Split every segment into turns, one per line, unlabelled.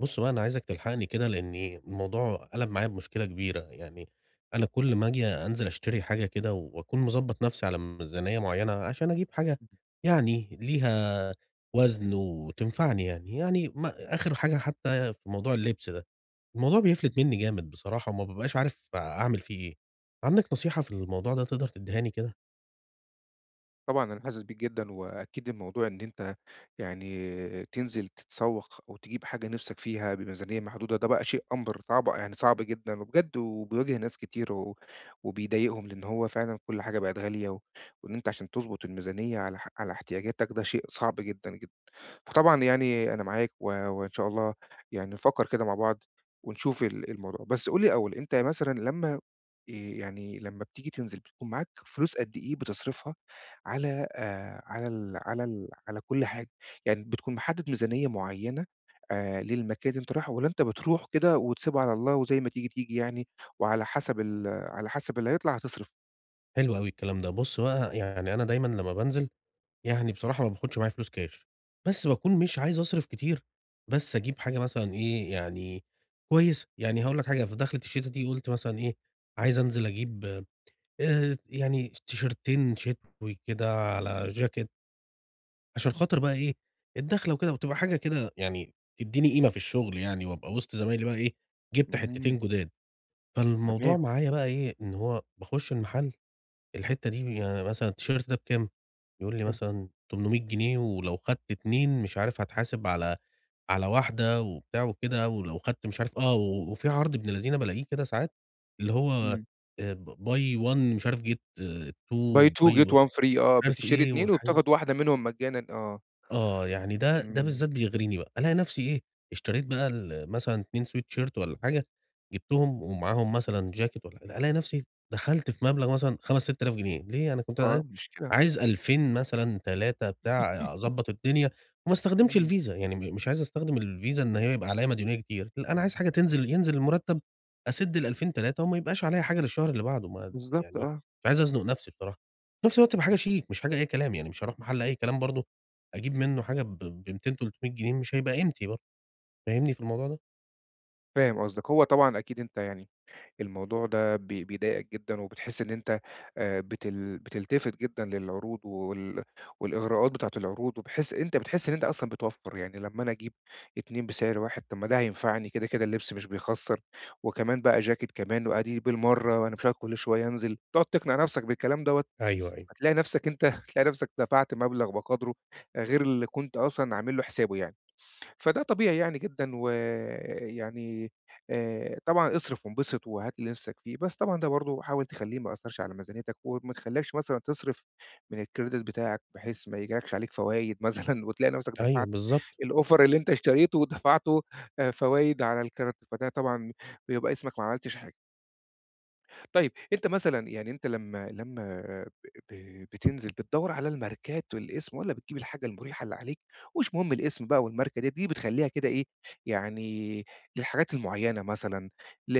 بُص بقى أنا عايزك تلحقني كده، لإني الموضوع قَلَب معايا بمشكلة كبيرة، يعني أنا كل ما آجي أنزل أشتري حاجة كده وأكون مضبّط نَفْسي على ميزانية معيّنة عشان أجيب حاجة يعني ليها وزن وتنفعني يعني، يعني ما آخِر حاجة حتّى في موضوع اللبس ده، الموضوع بيفلِت منّي جامد بصراحة وما بابقاش عارف أعمل فيه إيه. عندك نصيحة في الموضوع ده تقدر تدّيهاني كده؟
طبعًا أنا حاسس بيك جدًا، وأكيد الموضوع إن أنت تنزل تتسوق أو تجيب حاجة نِفْسك فيها بميزانية محدودة، ده بقى شيء أمر صعب يعني صعب جدًا، وبجد وبيواجه ناس كتير و وبيضايقهم، لإن هو فعلًا كل حاجة بقت غالية، و- وإن أنت عشان تضبط الميزانية على احتياجاتك ده شيء صعب جدًا، جدًا. وطبعًا يعني أنا معاك و وإن شاء الله يعني نفكّر كده مع بعض ونشوف الموضوع. بس قُل لي أول، أنت مثلًا لمّا يعني لمّا بتيجي تنزل بتكون معاك فلوس قد إيه بتصرفها على كل حاجة؟ يعني بتكون محدّد ميزانية معيّنة للمكان اللي أنت رايحه، والّا أنت بتروح كده وتسيبها على الله وزي ما تيجي، تيجي يعني، وعلى حسب ال على حسب اللي هيطلع هتصرف؟
حلو أوي الكلام ده. بُص بقى، يعني أنا دايمًا لمّا بانزل يعني بصراحة ما باخدش معايا فلوس كاش، بس باكون مش عايز أصرف كتير، بس أجيب حاجة مثلًا إيه، يعني كويسة، يعني هاقول لك حاجة في دخلة الشتا دي قُلت مثلًا إيه، عايز أنزل أجيب يعني تيشيرتين شتوي كده على جاكيت، عشان خاطر بقى إيه، الدخلة وكده وتبقى حاجة كده يعني تدّيني قيمة في الشغل يعني، وأبقى وسط زمايلي بقى إيه، جبت
اهم.
حتتين جداد،
تمام،
فالموضوع معايا بقى إيه، إن هو باخش المحل الحتّة دي يعني مثلًا التيشيرت ده بكام؟ يقول لي
حلو،
مثلًا 800 جنيه ولو خدت 2 مش عارف هاتحاسب على واحدة وبتاع وكده، ولو خدت مش عارف آه، و وفي عرض ابن لذينة بالاقيه كده ساعات، اللي هو
إمم.
ب buy 1 مش عارف get
buy
2
2
buy
get 1 free آه،
مش عارف
بتشتري
إيه
2
والحاجات
وبتاخد واحدة منهم مجانا آه،
آه، يعني ده
إمم،
بالذات بيغريني بقى، ألاقي نفسي إيه، اشتريت بقى مثلًا 2 sweatshirt والّا حاجة، جبتهم ومعاهم مثلًا جاكيت والّا حاجة، ألاقي نفسي دخلت في مبلغ مثلًا 5، 6000 جنيه، ليه؟ أنا كنت
آه، مشكلة،
عايز 2000 مثلًا، 3 بتاع أضبّط الدنيا وما استخدمش
إمم،
الفيزا، يعني مش عايز أستخدم الفيزا إن هي يبقى عليّا مديونية كتير، لأ، أنا عايز حاجة ينزل المرتب أسِد ال2000، 3 وما يبقاش عليّا حاجة للشهر اللي بعده، ما
بالضبط
يعني
آه،
مش عايز أزنق نفسي بصراحة، في نفس الوقت تبقى
إمم،
حاجة شيك مش حاجة أي كلام، يعني مش هاروح محل أي كلام برضه أجيب منّه حاجة ب200، 300 جنيه مش هيبقى قيمتي برضه، فاهمني في الموضوع ده؟
فاهم قصدك. هو طبعًا أكيد أنت يعني الموضوع ده بيضايقك جدًا، وبتحس إن أنت بتلتفت جدًا للعروض والإغراءات بتاعة العروض، وبحيث أنت بتحس إن أنت أصلًا بتوفّر. يعني لمّا أنا أجيب 2 بسعر واحد، طب ما ده هينفعني، كده كده اللبس مش بيخسّر، وكمان بقى جاكيت كمان وأدي بالمرّة وأنا مش هاقعد كل شوية أنزل. تقعد تقنع نفسك بالكلام دوّة.
أيوه، أيوه.
هتلاقي نفسك أنت هتلاقي نفسك دفعت مبلغ بقدره غير اللي كنت أصلًا عامل له حسابه يعني. فده طبيعي يعني جدًا ويعني. طبعًا اصرف وانبسط وهات اللي نفسك فيه، بس طبعًا ده برضه حاول تخلّيه ما يأثّرش على ميزانيتك، وما تخلّيكش مثلًا تصرف من الكريدت بتاعك، بحيث ما ييجيلكش عليك فوايد مثلًا وتلاقي نفسك
أيوه
دفعت
بالضبط.
الأوفر اللي أنت اشتريته ودفعته فوايد على الكارت. فده طبعًا بيبقى اسمك ما عملتش حاجة. طيب أنت مثلًا يعني أنت لمّا بتنزل بتدوّر على الماركات والاسم، والّا بتجيب الحاجة المُريحة اللي عليك، ومش مهم الاسم بقى والماركة ديّة، دي بتخلّيها كده إيه، يعني للحاجات المُعيّنة مثلًا، ل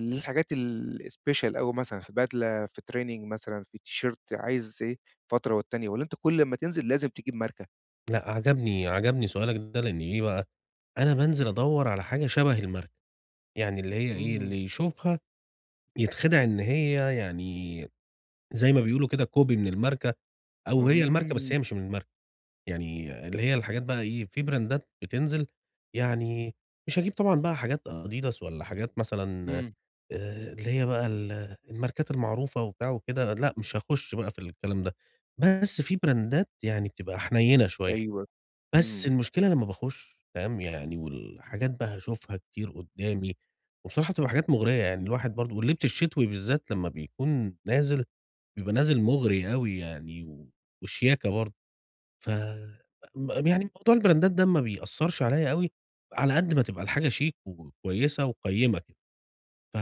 للحاجات الspecial أوي، مثلًا في بدلة، في training مثلًا، في تيشيرت عايز إيه فترة والتانية، والّا أنت كل أمّا تنزل لازم تجيب ماركة؟
لأ عجبني سؤالك ده لإن إيه بقى، أنا بانزل
إمم،
أدوّر على حاجة شبه الماركة، يعني اللي هي إيه،
إمم،
اللي يشوفها يتخدع إن هي يعني زي ما بيقولوا كده copy من الماركة أو هي الماركة
إمم،
بس هي مش من الماركة، يعني اللي هي الحاجات بقى إيه، في براندات بتنزل يعني مش هاجيب طبعًا بقى حاجات Adidas والّا حاجات مثلًا
إمم،
اللي هي بقى الماركات المعروفة وبتاع وكده، لأ مش هاخُش بقى في الكلام ده، بس في براندات يعني بتبقى حنيّنة شوية،
أيوه،
بس
إمم،
المشكلة لمّا باخُش فاهم، يعني والحاجات بقى هاشوفها كتير قُدّامي، وبصراحة بتبقى حاجات مُغرية يعني الواحد برضه واللبس الشتوي بالذات لمّا بيكون نازل، بيبقى نازل مُغري أوي يعني وشياكة برضه، ف م يعني موضوع البراندات ده ما بيأثّرش عليّا أوي، على قد ما تبقى الحاجة شيك وكويسة وقيّمة ك ف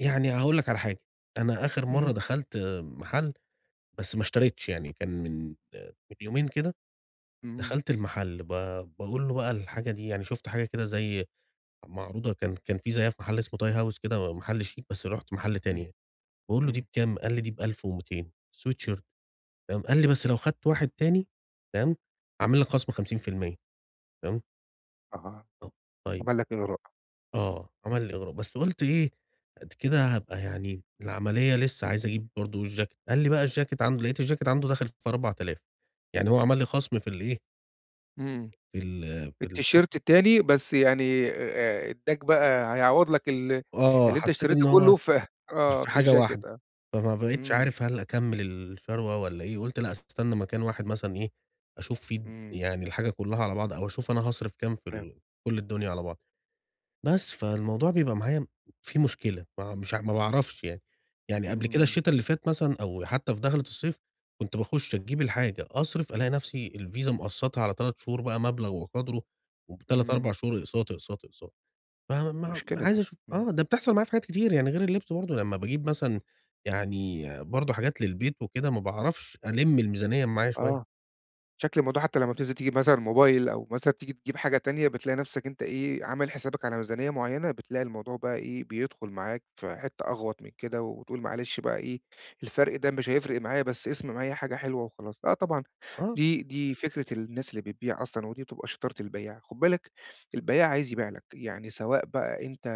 يعني هاقول لك على حاجة، أنا آخر
إمم،
مرّة دخلت محل بس ما اشتريتش يعني كان من يومين كده
إمم،
دخلت المحل باقول له بقى الحاجة دي يعني شُفت حاجة كده زي معروضة كان في زيّها في محل اسمه toy house كده محل شيك بس رُحت محل تاني
إمم،
يعني، باقول له دي
إمم،
بكام؟ قال لي دي ب1200 sweatshirt تمام، قال لي بس لو خدت واحد تاني تمام، هاعمل لك خصم 50% تمام،
أها،
طب طيب
عمل لك إغراء،
آه، عمل لي إغراء، بس قُلت إيه، قد كده هابقى يعني العملية لسه عايز أجيب برضه الجاكيت، قال لي بقى الجاكيت عنده لقيت الجاكيت عنده داخل في 4000 يعني هو عمل لي خصم في الإيه،
إمم.
في ال في ال
التيشيرت التاني بس، يعني ادّاك بقى هيعوّض لك
آه،
اللي أنت
حسيت
اشتريته
إن هو
كلّه، ف
مش
آه،
في
في
حاجة
الجاكيت
واحدة،
آه.
فما بقيتش
إمم،
عارف هل أكمّل الشروة والّا إيه، قُلت لأ أستنى مكان واحد مثلًا إيه، أشوف فيه
إمم،
يعني الحاجة كلّها على بعض أو أشوف أنا هاصرف كام في
فاهم.
ال كل الدنيا على بعض. بس، فالموضوع بيبقى معايا فيه مشكلة، ما مش ع ما باعرفش يعني، يعني قبل كده
إمم،
الشتا اللي فات مثلًا أو حتى في دخلة الصيف، كنت باخش أجيب الحاجة، أصرف ألاقي نفسي الفيزا مقسّطها على 3 شهور بقى مبلغ وقدره، وب3،
إمم،
4 شهور أقساط، أقساط، أقساط، فما
مشكلة
عايز
ده.
أشوف
إمم،
آه، ده بتحصل معايا في حاجات كتير يعني غير اللبس برضه، لمّا باجيب مثلًا يعني برضه حاجات للبيت وكده ما باعرفش ألِم الميزانية معايا
آه.
شوية.
شكل الموضوع حتى لمّا بتنزل تجيب مثلًا موبايل، أو مثلًا تيجي تجيب حاجة تانية، بتلاقي نفسك أنت إيه، عامل حسابك على ميزانية معيّنة، بتلاقي الموضوع بقى إيه، بيدخل معاك في حتّة أغوط من كده، وتقول معلش بقى إيه، الفرق ده مش هيفرق معايا، بس اسم معايا حاجة حلوة وخلاص. آه طبعًا،
آه،
دي فكرة الناس اللي بتبيع أصلًا، ودي بتبقى شطارة البيّاع. خُد بالك، البيّاع عايز يبيع لك، يعني سواء بقى أنت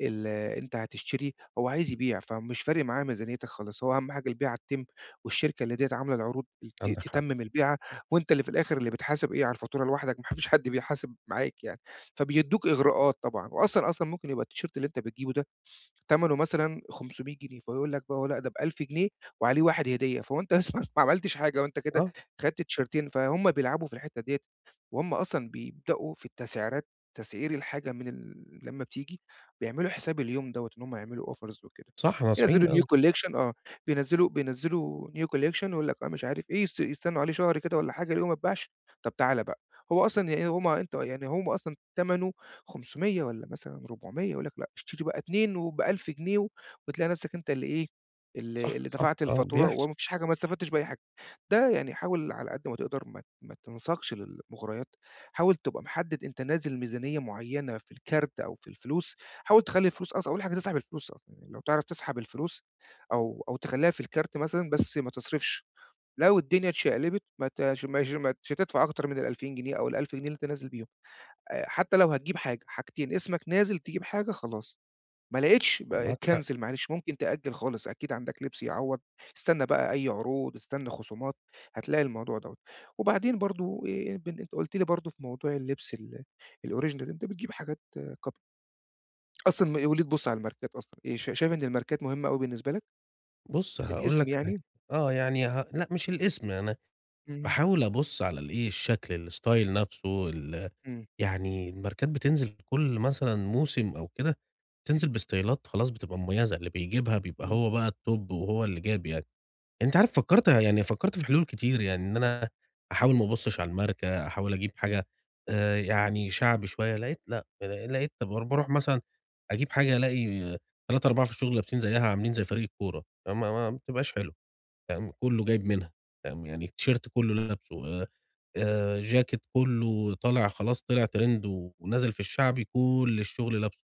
ال أنت هتشتري هو عايز يبيع، فمش فارق معاه ميزانيتك خالص، هو أهم حاجة البيعة تتم، والشركة اللي ديّة عاملة العروض
عندك حق،
تتمم البيعة، وأنت اللي في الآخر اللي بتحاسب إيه على الفاتورة لوحدك، ما فيش حد بيحاسب معاك يعني. فبيدّوك إغراءات طبعًا، وأصلًا ممكن يبقى التيشيرت اللي أنت بتجيبه تمنه مثلًا 500 جنيه، فيقول لك بقى هو لأ، ده ب1000 جنيه وعليه واحد هدية، فهو أنت أصلًا ما عملتش حاجة، وأنت كده
آه،
خدت تيشيرتين. فهُم بيلعبوا في الحتّة ديّة، وهُم أصلًا بيبدأوا في التسعيرات، تسعير الحاجة من لمّا بتيجي بيعملوا حساب اليوم دوّة، إن هُم يعملوا offers وكده،
صح،
ينزّلوا
ناصحين
new
أوي،
collection آه، بينزّلوا new collection، يقول لك آه مش عارف إيه، يستنوا عليه شهر كده والّا حاجة، يلاقوه ما اتباعش، طب تعالَ بقى، هو أصلًا يعني هُم أنت يعني هُم أصلًا تمنه 500 والّا مثلًا 400، يقول لك لأ، اشتري بقى 2 وب1000 جنيه، وتلاقي نفسك أنت اللي إيه، اللي
صح،
اللي
صح،
دفعت
آه،
الفاتورة
بيحصل،
وما فيش حاجة، ما استفدتش بأي حاجة. ده يعني حاول على قد ما تقدر ما تنساقش للمغريات، حاول تبقى محدد أنت نازل ميزانية معينة في الكارت أو في الفلوس، حاول تخلّي الفلوس أصلًا، أول حاجة تسحب الفلوس أصلًا، يعني لو تعرف تسحب الفلوس أو تخلّيها في الكارت مثلًا بس ما تصرفش، لو الدنيا اتشقلبت ما تش مش ما مش هتدفع أكتر من ال2000 جنيه أو ال1000 جنيه اللي أنت نازل بيهم. حتى لو هتجيب حاجة، حاجتين، اسمك نازل تجيب حاجة خلاص، ما لقيتش بقى
معاك حق.
cancel، معلش ممكن تأجّل خالص، أكيد عندك لبس يعوّض، استنى بقى أي عروض، استنى خصومات، هتلاقي الموضوع دوّة. وبعدين برضه بن أنت قُلت لي برضه في موضوع اللبس الoriginal، أنت بتجيب حاجات copy أصلًا، وليه تبُص على الماركات أصلًا، شا شايف إن الماركات مهمة أوي بالنسبة لك؟
بُص هاقول
الاسم
لك حاجة،
يعني؟
آه يعني لأ مش الاسم، أنا
إمم،
باحاول أبُص على الإيه، الشكل، الstyle نفْسه،
إمم،
يعني الماركات بتنزل كل مثلًا موسم أو كده، بتنزل باستايلات خلاص بتبقى مميزة، اللي بيجيبها بيبقى
إمم،
هو بقى الtop وهو اللي جاب يعني. أنت عارف فكّرت في حلول كتير، يعني إن أنا أحاول ما أبُصش على الماركة، أحاول أجيب حاجة يعني شعبي شوية، لقيت لأ، لقيت طب باروح مثلًا أجيب حاجة ألاقي 3، 4 في الشغل لابسين زيّها عاملين زي فريق الكورة، فما ما بتبقاش حلوة. فاهم، كُلّه جايب منها، فاهم، يعني التيشيرت كُلّه لابسه، جاكيت كُلّه طالع خلاص طلع ترند ونزل في الشعبي كل الشغل لابسه،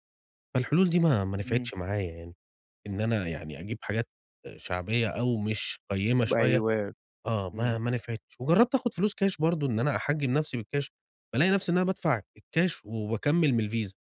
فالحلول دي ما
إمم،
نفعتش معايا يعني، إن أنا يعني أجيب حاجات آه، شعبية أو مش قيّمة شوية
أيوه،
آه،
إمم،
ما نفعتش، وجرّبت آخد فلوس كاش برضه إن أنا أحجّم نفسي بالكاش، بالاقي نفسي إن أنا بادفع الكاش وباكمّل من الفيزا،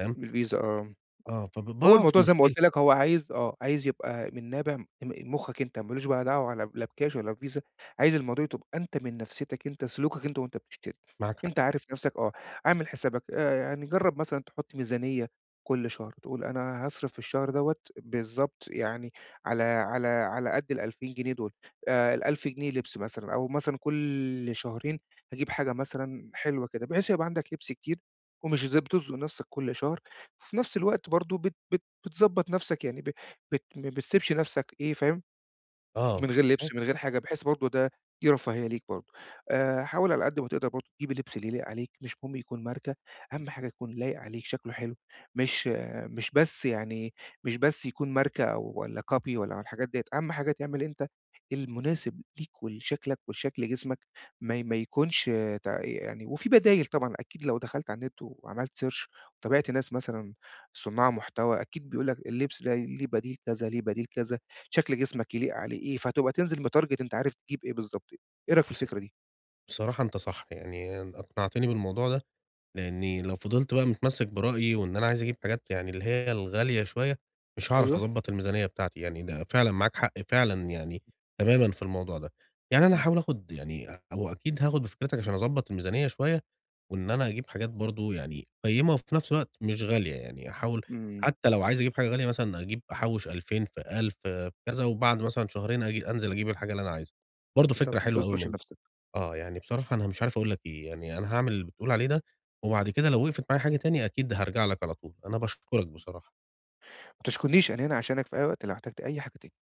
فاهم،
الفيزا آه.
آه،
هو
باقع في
الموضوع زي ما
مشكلة
قُلت لك، هو عايز آه، عايز يبقى من نابع مُخّك أنت، ما لوش بقى دعوة لا لا بكاش ولا بفيزا، عايز الموضوع تبقى أنت من نفسيتك أنت، سلوكك أنت وأنت بتشتري.
معاك حق،
أنت عارف نفسك آه، عامل حسابك يعني جرّب مثلًا تحُط ميزانية كل شهر، تقول أنا هاصرف في الشهر دوّة بالضبط، يعني على قد ال2000 جنيه دول، ال1000 جنيه لبس مثلًا، أو مثلًا كل شهرين هاجيب حاجة مثلًا حلوة كده، بحيث يبقى عندك لبس كتير، ومش بتزنق نفسك كل شهر، وفي نفس الوقت برضه بت بت بتضبّط نَفْسك، يعني ب بت ما بتسيبش نَفْسك إيه فاهم،
آه،
من غير لبس،
أي.
من غير حاجة، بحيث برضه دي رفاهية ليك برضه. حاول على قد ما تقدر برضه تجيب اللبس اللي يليق عليك، مش مهم يكون ماركة، أهم حاجة يكون لايق عليك، شكله حلو، مش آه، مش بس يكون ماركة، أو ولا copy ولا الحاجات ديّة، أهم حاجة تعمل أنت المناسب ليك ولشكلك ولشكل جسمك، ما ي ما يكونش ت يعني وفي بدايل طبعًا أكيد لو دخلت على النت وعملت search، وتابعت ناس مثلًا صُناع محتوى، أكيد بيقول لك اللبس ده ليه بديل كذا، ليه بديل كذا. شكل جسمك يليق عليه إيه، فهتبقى تنزل متارجت، أنت عارف تجيب إيه بالضبط. إيه رأيك في
بص
الفكرة دي؟
بصراحة أنت صح، يعني أقنعتني بالموضوع ده. لإني لو فضلت بقى متمسّك برأيي وإن أنا عايز أجيب حاجات يعني اللي هي الغالية شوية، مش هاعرف
أيوه،
أضبّط الميزانية بتاعتي، يعني ده فعلًا معاك حق فعلًا يعني تمامًا في الموضوع ده. يعني أنا
إمم.
هاحاول آخُد يعني هو أكيد هاخُد بفكرتك عشان أضبّط الميزانية شوية وإن أنا أجيب حاجات برضه يعني قيّمة وفي نفس الوقت مش غالية، يعني أحاول
إمم،
حتّى لو عايز أجيب حاجة غالية مثلًا أجيب أحوّش 2000 في 1000 في كذا وبعد مثلًا شهرين أجي أنزل أجيب الحاجة اللي أنا عايزها. برضه فكرة
بالضبط، ما
حلوة أوي
تزنقش
منّك.
نفسك،
آه، يعني بصراحة أنا مش عارف أقول لك إيه، يعني أنا هاعمل اللي بتقول عليه ده، وبعد كده لو وقفت معايا حاجة تاني أكيد هارجع لك على طول، أنا باشكرك بصراحة.
ما تشكُنيش، أنا هنا عشانك في أي وقت لو احتجت أي حاجة تاني.